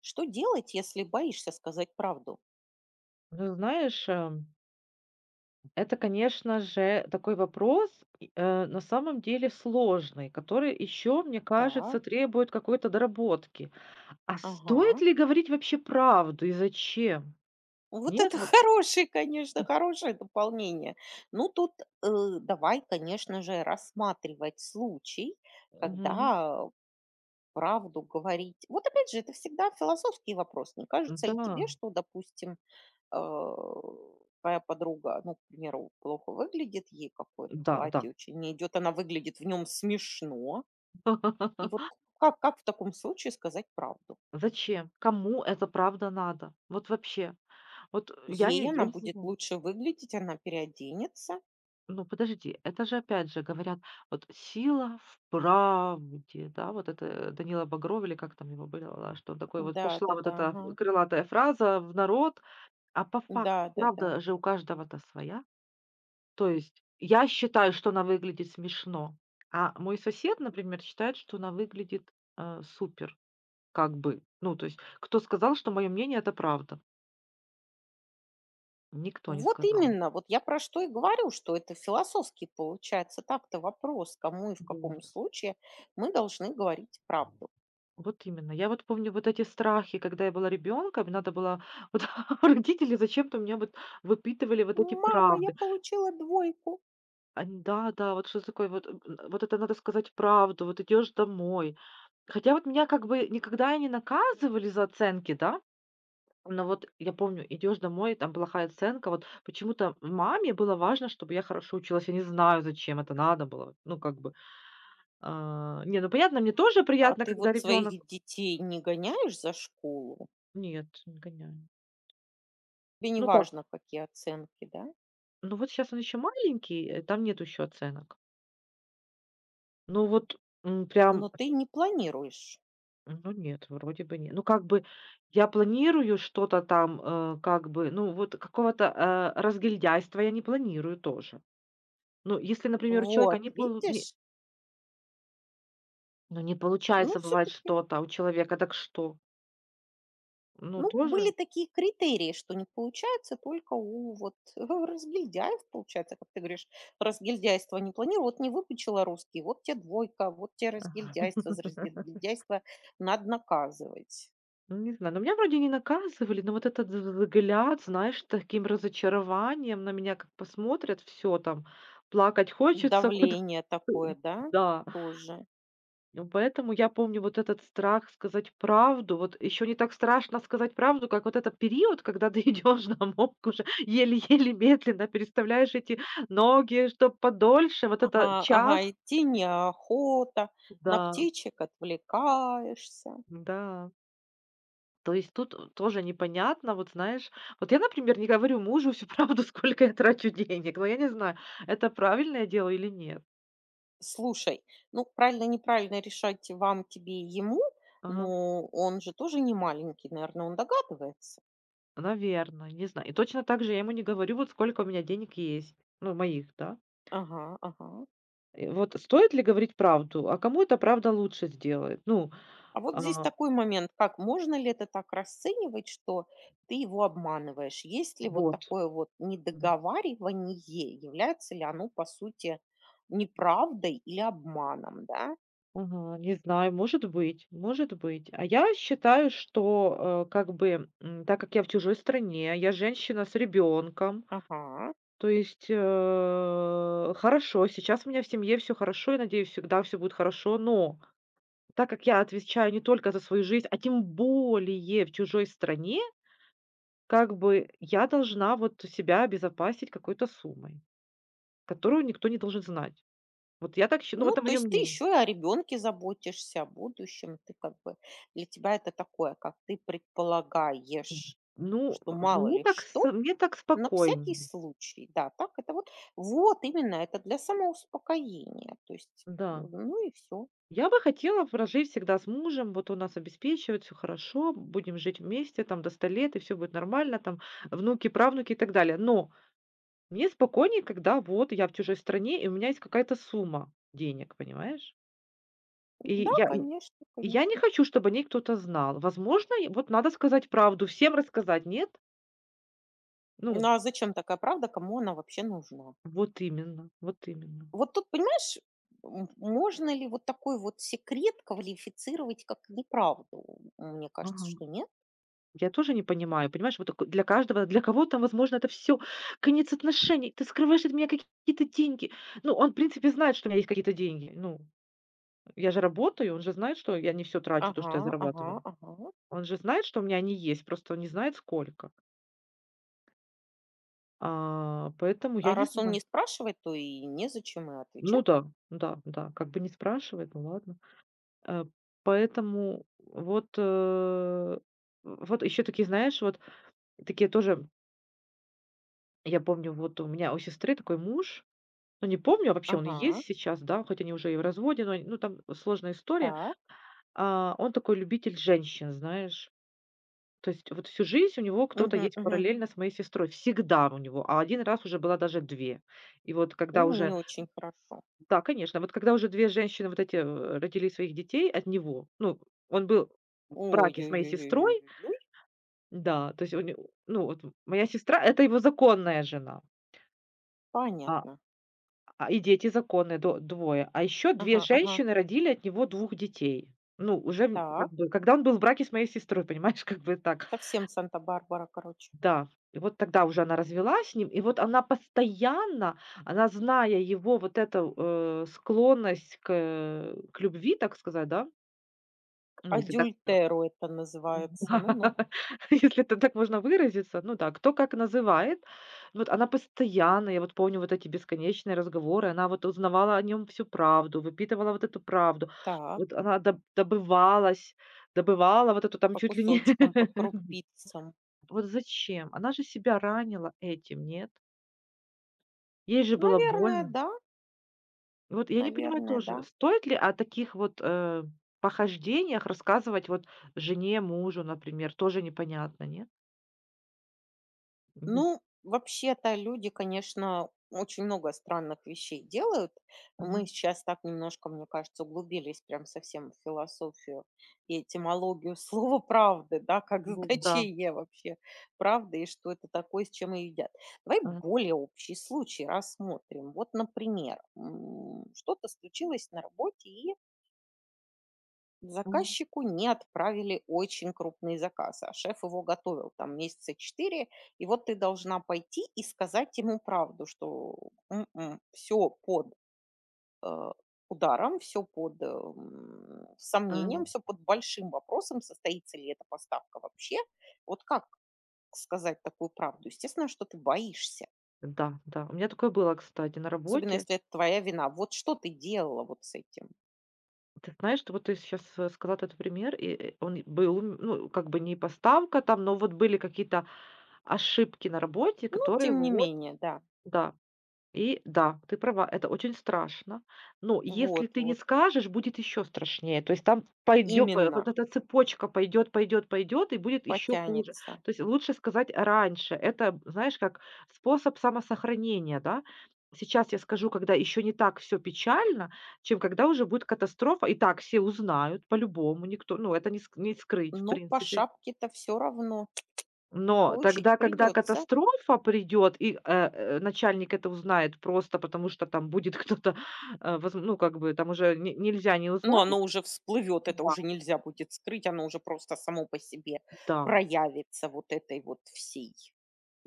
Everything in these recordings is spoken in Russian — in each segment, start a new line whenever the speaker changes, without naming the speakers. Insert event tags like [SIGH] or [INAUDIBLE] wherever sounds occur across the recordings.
Что делать, если боишься сказать правду?
Ну, знаешь, это, конечно же, такой вопрос, и, на самом деле сложный, который еще, мне
Так,
кажется, требует какой-то доработки. А стоит
ага.
ли говорить вообще правду и зачем?
Вот
Нет,
это [LAUGHS]
вот,
хорошее, конечно, хорошее дополнение. Ну, тут э, давай, конечно же, рассматривать случай,
мгм.
когда правду говорить. Вот опять же, это всегда философский вопрос. Не кажется ли
Да,
тебе, что, допустим, э, твоя подруга, ну, к примеру, плохо выглядит, ей какое-то
да, да.
платье очень не идет, она выглядит в нем смешно. И вот
[LAUGHS]
как в таком случае сказать правду?
Зачем? Кому эта правда надо? Вот вообще. Вот я не,
Ей
я
она
не
будет
знаю.
лучше выглядеть, она переоденется.
Ну, подожди, это же опять же говорят, вот сила в правде, да, вот это Данила Багров или как там его было, что он такой вот пошла вот
Да-да-да,
эта
ага.
крылатая фраза в народ, а по факту,
Да-да-да.
правда же у каждого-то своя. То есть я считаю, что она выглядит смешно, а мой сосед, например, считает, что она выглядит супер, как бы. Ну, то есть кто сказал, что мое мнение это правда? Никто не
Вот
сказал.
именно, вот я про что и говорю, что это философский получается так-то вопрос, кому и в
Вот.
каком случае мы должны говорить правду.
Вот именно. Я вот помню вот эти страхи, когда я была ребенком, надо было вот [LAUGHS] родители зачем-то у меня вот выпитывали вот эти
Мама, я
правды.
получила двойку.
Они, да, да, вот что такое, вот, вот это надо сказать правду, вот идешь домой. Хотя вот меня как бы никогда и не наказывали за оценки, да, но вот я помню, идешь домой, там плохая оценка, вот почему-то маме было важно, чтобы я хорошо училась, я не знаю, зачем это надо было, ну как бы, а, не, ну понятно, мне тоже
А
приятно,
ты
когда
вот
ребенок,
своих детей не гоняешь за школу?
нет, не гоняю,
Тебе не
ну как,
важно, какие оценки, да?
ну, вот сейчас он еще маленький, там нет еще оценок. Ну вот, прям,
Но ты не планируешь.
ну нет, вроде бы нет. Ну, как бы я планирую что-то там, как бы, ну, вот какого-то, разгильдяйства я не планирую тоже. Ну, если, например, у человека
Вот, видишь?
не
Ну,
получается, бывает,
все-таки
что-то а у человека, так что? Ну,
ну, были
тоже
такие критерии, что не получается только у вот [LAUGHS] разгильдяев, получается, как ты говоришь, разгильдяйство не планирую. Вот не выпучила русский, вот тебе двойка, вот тебе
ага.
разгильдяйство, за
[LAUGHS]
разгильдяйство надо наказывать.
Ну, не знаю, но меня вроде не наказывали, но вот этот в взгляд, знаешь, таким разочарованием на меня как посмотрят, все там, плакать хочется. [LAUGHS]
Давление такое, да,
Да,
тоже.
ну, поэтому я помню вот этот страх сказать правду. Вот еще не так страшно сказать правду, как вот этот период, когда ты [LAUGHS] идешь на мопку уже еле-еле медленно, переставляешь эти ноги, чтоб подольше. Вот
Ага,
это
ага,
час.
идти неохота, на
Да,
птичек отвлекаешься.
да. То есть тут, тоже непонятно, вот знаешь. Вот я, например, не говорю мужу всю правду, [LAUGHS] сколько я трачу денег, но я не знаю, это правильное дело или нет.
Слушай, ну, правильно-неправильно решать вам, тебе и ему,
Ага,
но он же тоже не маленький, наверное, он догадывается.
наверно, не знаю. И точно так же я ему не говорю, вот сколько у меня денег есть, ну, моих, да.
Ага, ага.
Вот стоит ли говорить правду? А кому эта правда лучше сделает? Ну,
А вот здесь
а,
такой момент, как можно ли это так расценивать, что ты его обманываешь? Есть ли вот
вот.
такое вот
М.
недоговаривание, является ли оно, по сути, неправдой или обманом, да?
Ага, не знаю, может быть, может быть. А я считаю, что, как бы, так как я в чужой стране, я женщина с ребенком,
Ага.
то есть, хорошо, сейчас у меня в семье все хорошо, и, надеюсь, всегда все будет хорошо, но так как я отвечаю не только за свою жизнь, а тем более в чужой стране, как бы я должна вот себя обезопасить какой-то суммой. Которую никто не должен знать. Вот я так считаю, ну,
Ну,
это
то
мое
есть ты
мнение.
еще и о ребенке заботишься, о будущем. Ты как бы для тебя это такое, как ты предполагаешь,
Ну,
что мало
мне
ли
так с
что,
мне так
на всякий
спокойнее.
случай, да, так это вот, вот именно это для самоуспокоения, то есть,
Да.
ну и все.
Я бы хотела в прожить всегда с мужем, вот он нас обеспечивает, все хорошо, будем жить вместе там до ста лет, и все будет нормально, там внуки, правнуки и так далее. Но мне спокойнее, когда вот я в чужой стране, и у меня есть какая-то сумма денег, понимаешь? И
Да,
я н
конечно,
и я не
конечно.
хочу, чтобы о ней кто-то знал. Возможно, и вот надо сказать правду, всем рассказать, нет? Ну,
Ну а зачем такая правда, кому она вообще нужна?
вот именно, вот именно.
Вот тут, понимаешь, можно ли вот такой вот секрет квалифицировать как неправду? Мне кажется,
Ага.
что нет.
Я тоже не понимаю, понимаешь, вот тако для каждого, для кого-то, возможно, это все конец отношений. Ты скрываешь от меня какие-то деньги. Ну, он, в принципе, знает, что у меня есть какие-то деньги. Ну, я же работаю, он же знает, что я не все трачу, то,
Ага,
что я
ага,
зарабатываю.
ага.
Он же знает, что у меня они есть, просто он не знает сколько. Поэтому
А
я не
раз он не
знаю.
спрашивает, то и незачем и отвечать.
Ну да, да, да, как бы не спрашивает, ну ладно. Э, Поэтому вот, вот еще такие, знаешь, вот такие тоже, я помню, вот у меня у сестры такой муж. Ну, не помню, а вообще он и
Ага,
есть сейчас, да, хоть они уже и в разводе, но, ну, там сложная история.
так.
Он такой любитель женщин, знаешь. То есть вот всю жизнь у него кто-то
Угу,
есть
угу.
параллельно с моей сестрой. Всегда у него. А один раз уже была даже две. И вот когда
Ну, не
уже...
очень хорошо.
Да, конечно. Вот когда уже две женщины вот эти родили своих детей от него, ну, он был в браке с моей
Ой-ой-ой-ой-ой-ой.
сестрой, да, то есть, у не- ну, вот моя сестра– это его законная жена. А
Понятно.
И дети законные, до двое. А еще две
Ага, ага.
женщины родили от него двух детей. Ну, уже,
Так,
как бы, когда он был в браке с моей сестрой, понимаешь, [LAUGHS] как бы так.
совсем Санта-Барбара, короче.
Да. И вот тогда уже она развелась с ним, и вот она постоянно, она, зная его вот эту, склонность к любви, так сказать, да, ну, если так.
Адюльтеро это называется. Ну-ну.
[LAUGHS] Если это так можно выразиться, ну да, кто как называет. Вот она постоянно, я вот помню вот эти бесконечные разговоры, она вот узнавала о нем всю правду, выпитывала вот эту правду.
Так,
Вот она добывала вот эту там
по
чуть ли не...
кусочкам, по
[LAUGHS]
крупицам.
Вот зачем? Она же себя ранила этим, нет? Ей же было
Наверное,
больно.
да.
И вот я не понимаю
Наверное,
тоже,
да.
стоит ли о таких вот похождениях рассказывать вот жене, мужу, например, тоже непонятно, нет?
Ну, вообще-то люди, конечно, очень много странных вещей делают. Мы
Мгм.
сейчас так немножко, мне кажется, углубились прям совсем в философию и этимологию [LAUGHS] слова правды, да, как
Ну да.
значение вообще правды и что это такое, с чем ее едят. Давай
А,
более общий случай рассмотрим. Вот, например, что-то случилось на работе, и
а,
заказчику не отправили очень крупный заказ, а шеф его готовил там месяца четыре, и вот ты должна пойти и сказать ему правду, что все под э, ударом, все под
а.
сомнением, все под большим вопросом, состоится ли эта поставка вообще. Вот как сказать такую правду? Естественно, что ты боишься,
Да, да. У меня такое было, кстати, на
особенно
работе.
если это твоя вина. Вот что ты делала вот с этим?
Ты знаешь, что вот ты сейчас сказала этот пример, и он был, ну, как бы не поставка там, но вот были какие-то ошибки на работе,
Ну,
которые
тем не
вот,
менее, да,
да. И да, ты права, это очень страшно. Но если
вот,
ты не
вот,
скажешь, будет еще страшнее. То есть там пойдет,
именно
вот эта цепочка пойдет, пойдет, пойдет, и будет еще хуже.
потянется.
То есть лучше сказать раньше. Это, знаешь, как способ самосохранения, да? Сейчас я скажу, когда еще не так все печально, чем когда уже будет катастрофа. И так все узнают по-любому, никто, ну, это не скрыть, в
Но по
принципе.
шапке-то все равно
Но
получить
тогда, когда
придется.
катастрофа придет и, начальник это узнает просто потому, что там будет [LAUGHS] кто-то, э, воз ну, как бы там уже не нельзя не
Но
узнать.
оно уже всплывет, это
Да,
уже нельзя будет скрыть, оно уже просто само по себе
да.
проявится вот этой вот всей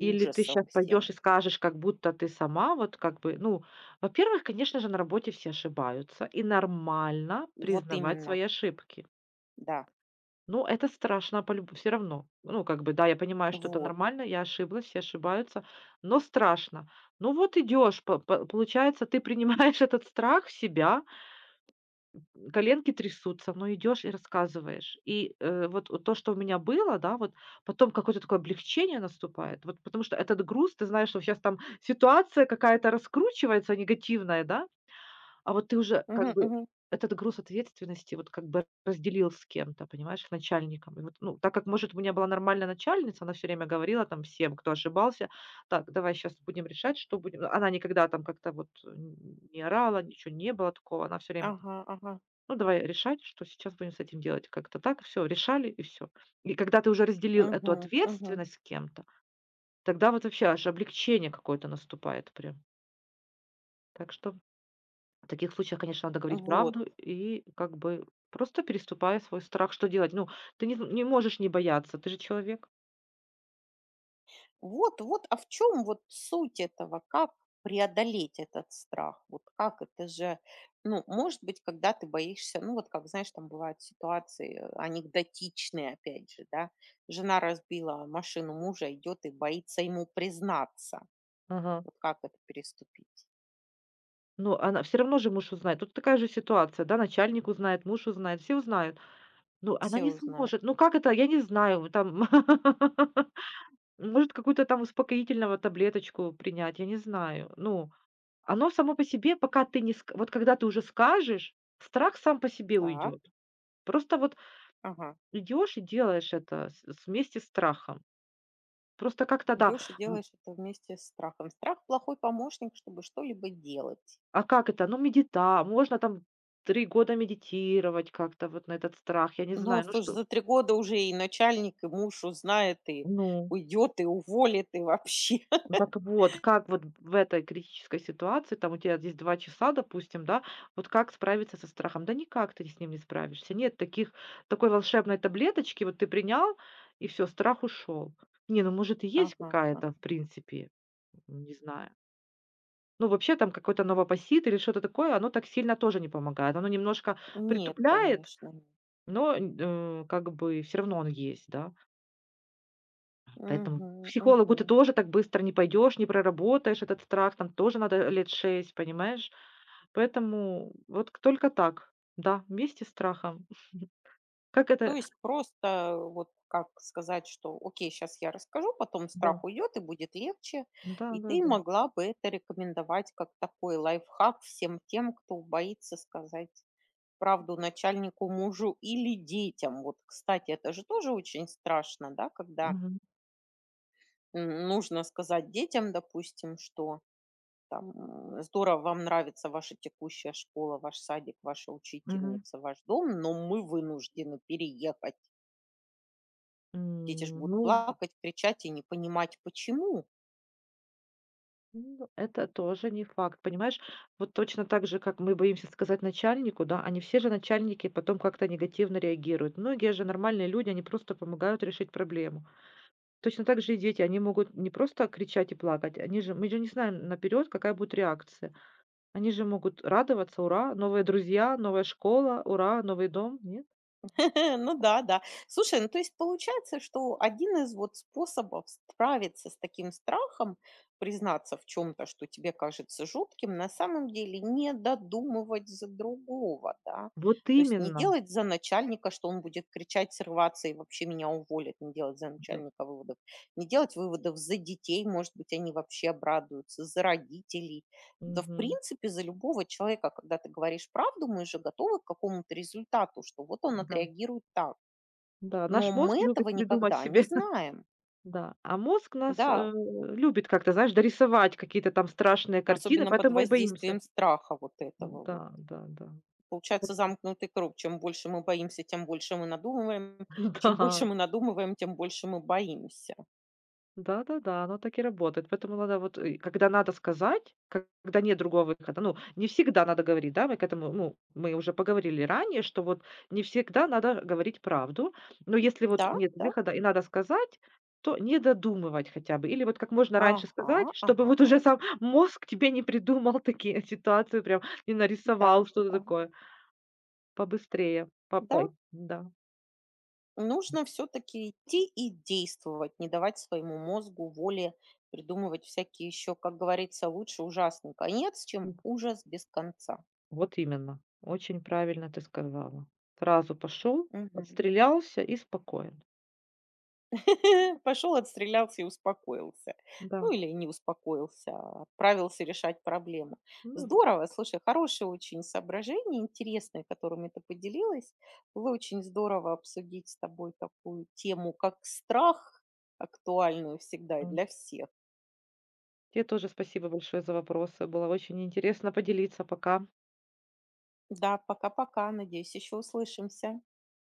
Или ты сейчас
всем.
пойдешь и скажешь, как будто ты сама вот как бы, ну, во-первых, конечно же, на работе все ошибаются, и нормально
Вот
признавать
именно,
свои ошибки.
да,
Ну, это страшно по любому. Все равно. Ну, как бы, да, я понимаю, что это
вот.
нормально, я ошиблась, все ошибаются, но страшно. Ну, вот идешь, по получается, ты принимаешь [LAUGHS] этот страх в себя, коленки трясутся, но идешь и рассказываешь. И, вот то, что у меня было, да, вот потом какое-то такое облегчение наступает, вот потому что этот груз, ты знаешь, что сейчас там ситуация какая-то раскручивается негативная, да, а вот ты уже как
Мгм,
бы
мгм.
этот груз ответственности вот как бы разделил с кем-то, понимаешь, с начальником. И вот, ну, так как, может, у меня была нормальная начальница, она все время говорила там всем, кто ошибался, так, давай сейчас будем решать, что будем. Ну, она никогда там как-то вот не орала, ничего не было такого, она все время,
Ага, ага.
ну, давай решать, что сейчас будем с этим делать. Как-то так, все, решали и все. И когда ты уже разделил эту
Мгм, мгм.
ответственность с кем-то, тогда вот вообще аж облегчение какое-то наступает прям. Так что в таких случаях, конечно, надо говорить
Вот.
правду и как бы просто переступая свой страх. Что делать? Ну, ты не можешь не бояться, ты же человек.
А в чем вот суть этого? Как преодолеть этот страх? Вот как это же, ну, может быть, когда ты боишься, ну, вот как, знаешь, там бывают ситуации анекдотичные, опять же, да, жена разбила машину мужа, идет и боится ему признаться.
Ага.
Вот как это переступить?
Ну, она все равно же муж узнает. Тут такая же ситуация, да, начальник узнает, муж узнает, все узнают. Ну, она
Все
не
узнают.
сможет. Ну, как это? Я не знаю. Там, [LAUGHS] может, какую-то там успокоительного таблеточку принять, я не знаю. Ну, оно само по себе, пока ты не... Вот когда ты уже скажешь, страх сам по себе
Так,
уйдет. Просто вот
ага.
идешь и делаешь это вместе с страхом. Просто как-то да.
Идешь и
М,
делаешь это вместе с страхом. Страх плохой помощник, чтобы что-либо делать.
а как это? Ну, медита можно там 3 года медитировать как-то вот на этот страх. Я не
Ну, а
знаю, ну
слушай,
что
за 3 года уже и начальник, и муж узнает, и
ну,
уйдет, и уволит, и вообще. [LAUGHS]
так вот, как вот в этой критической ситуации, там у тебя здесь 2 часа, допустим, да, вот как справиться со страхом? Да никак ты с ним не справишься. Нет таких такой волшебной таблеточки, вот ты принял, и все, страх ушел. Не, ну, может, и есть
Ага, ага.
какая-то, в принципе, не знаю. Ну, вообще там какой-то новопосит или что-то такое, оно так сильно тоже не помогает. Оно немножко
Нет,
притупляет.
конечно, нет.
Но, как бы все равно он есть, да. Поэтому к
Мгм,
психологу
мгм.
ты тоже так быстро не пойдешь, не проработаешь этот страх, там тоже надо лет 6, понимаешь? Поэтому вот к только так, да, вместе с страхом. [LAUGHS] Как
То
это
есть просто вот как сказать, что окей, сейчас я расскажу, потом
да,
страх уйдет и будет легче. И ты
да-да-да.
могла бы это рекомендовать как такой лайфхак всем тем, кто боится сказать правду начальнику, мужу или детям. Вот, кстати, это же тоже очень страшно, да, когда
Мгм,
нужно сказать детям, допустим, что там здорово, вам нравится ваша текущая школа, ваш садик, ваша
мгм.
учительница, ваш дом, но мы вынуждены переехать. Дети же будут
Ну, в
плакать, кричать и не понимать, почему.
ну, это тоже не факт, понимаешь? Вот точно так же, как мы боимся сказать начальнику, да, они все же начальники потом как-то негативно реагируют. Многие же нормальные люди, они просто помогают решить проблему. Точно так же и дети, они могут не просто кричать и плакать, они же мы же не знаем наперед, какая будет реакция. Они же могут радоваться: "Ура, новые друзья, новая школа, ура, новый дом". Нет?
[LAUGHS] Ну да, да. Слушай, ну то есть получается, что один из вот способов справиться с таким страхом, признаться в чем-то, что тебе кажется жутким, на самом деле не додумывать за другого, да.
Вот
То есть не
именно.
делать за начальника, что он будет кричать, срываться и вообще меня уволит, не делать за
Да.
начальника выводов, не делать выводов за детей, может быть, они вообще обрадуются, за родителей, да, в
Мгм.
принципе, за любого человека, когда ты говоришь правду, мы же готовы к какому-то результату, что вот он
Да.
отреагирует так.
Да,
Но
наш мозг
мы
любит
этого
придумать
никогда не
себе. [LAUGHS]
знаем.
Да, а мозг нас,
Да,
любит как-то, знаешь, дорисовать какие-то там страшные картины,
особенно под
поэтому и боимся.
воздействием страха вот этого вот.
Да, да, да. [LAUGHS]
Получается замкнутый круг. Чем больше мы боимся, тем больше мы надумываем. Чем больше
Да.
мы надумываем, тем больше мы боимся.
Да-да-да, оно так и работает. Поэтому надо вот, когда надо сказать, когда нет другого выхода, ну, не всегда надо говорить, да, мы к этому, ну, мы уже поговорили ранее, что вот не всегда надо говорить правду, но если вот
Да,
нет
да.
выхода и надо сказать, то не додумывать хотя бы. Или вот как можно раньше
Ага,
сказать, чтобы вот
ага.
уже сам мозг тебе не придумал такие [LAUGHS] ситуации, прям не
Да,
нарисовал что-то
да,
такое. Побыстрее, попай,
да.
да.
Нужно все-таки идти и действовать, не давать своему мозгу воле придумывать всякие еще, как говорится, лучше ужасный конец, чем ужас без конца.
Вот именно, очень правильно ты сказала. Сразу пошел, отстрелялся и спокоен.
Пошел, [LAUGHS] отстрелялся и успокоился. Ну
Да,
или не успокоился, а отправился решать проблему.
ну да.
Здорово, слушай, хорошие очень соображения, интересные, которыми ты поделилась. Было очень здорово обсудить с тобой такую тему, как страх, актуальную всегда и
М.
для всех.
Тебе тоже спасибо большое за вопросы. Было очень интересно поделиться. Пока.
Да, пока-пока. Надеюсь, еще услышимся.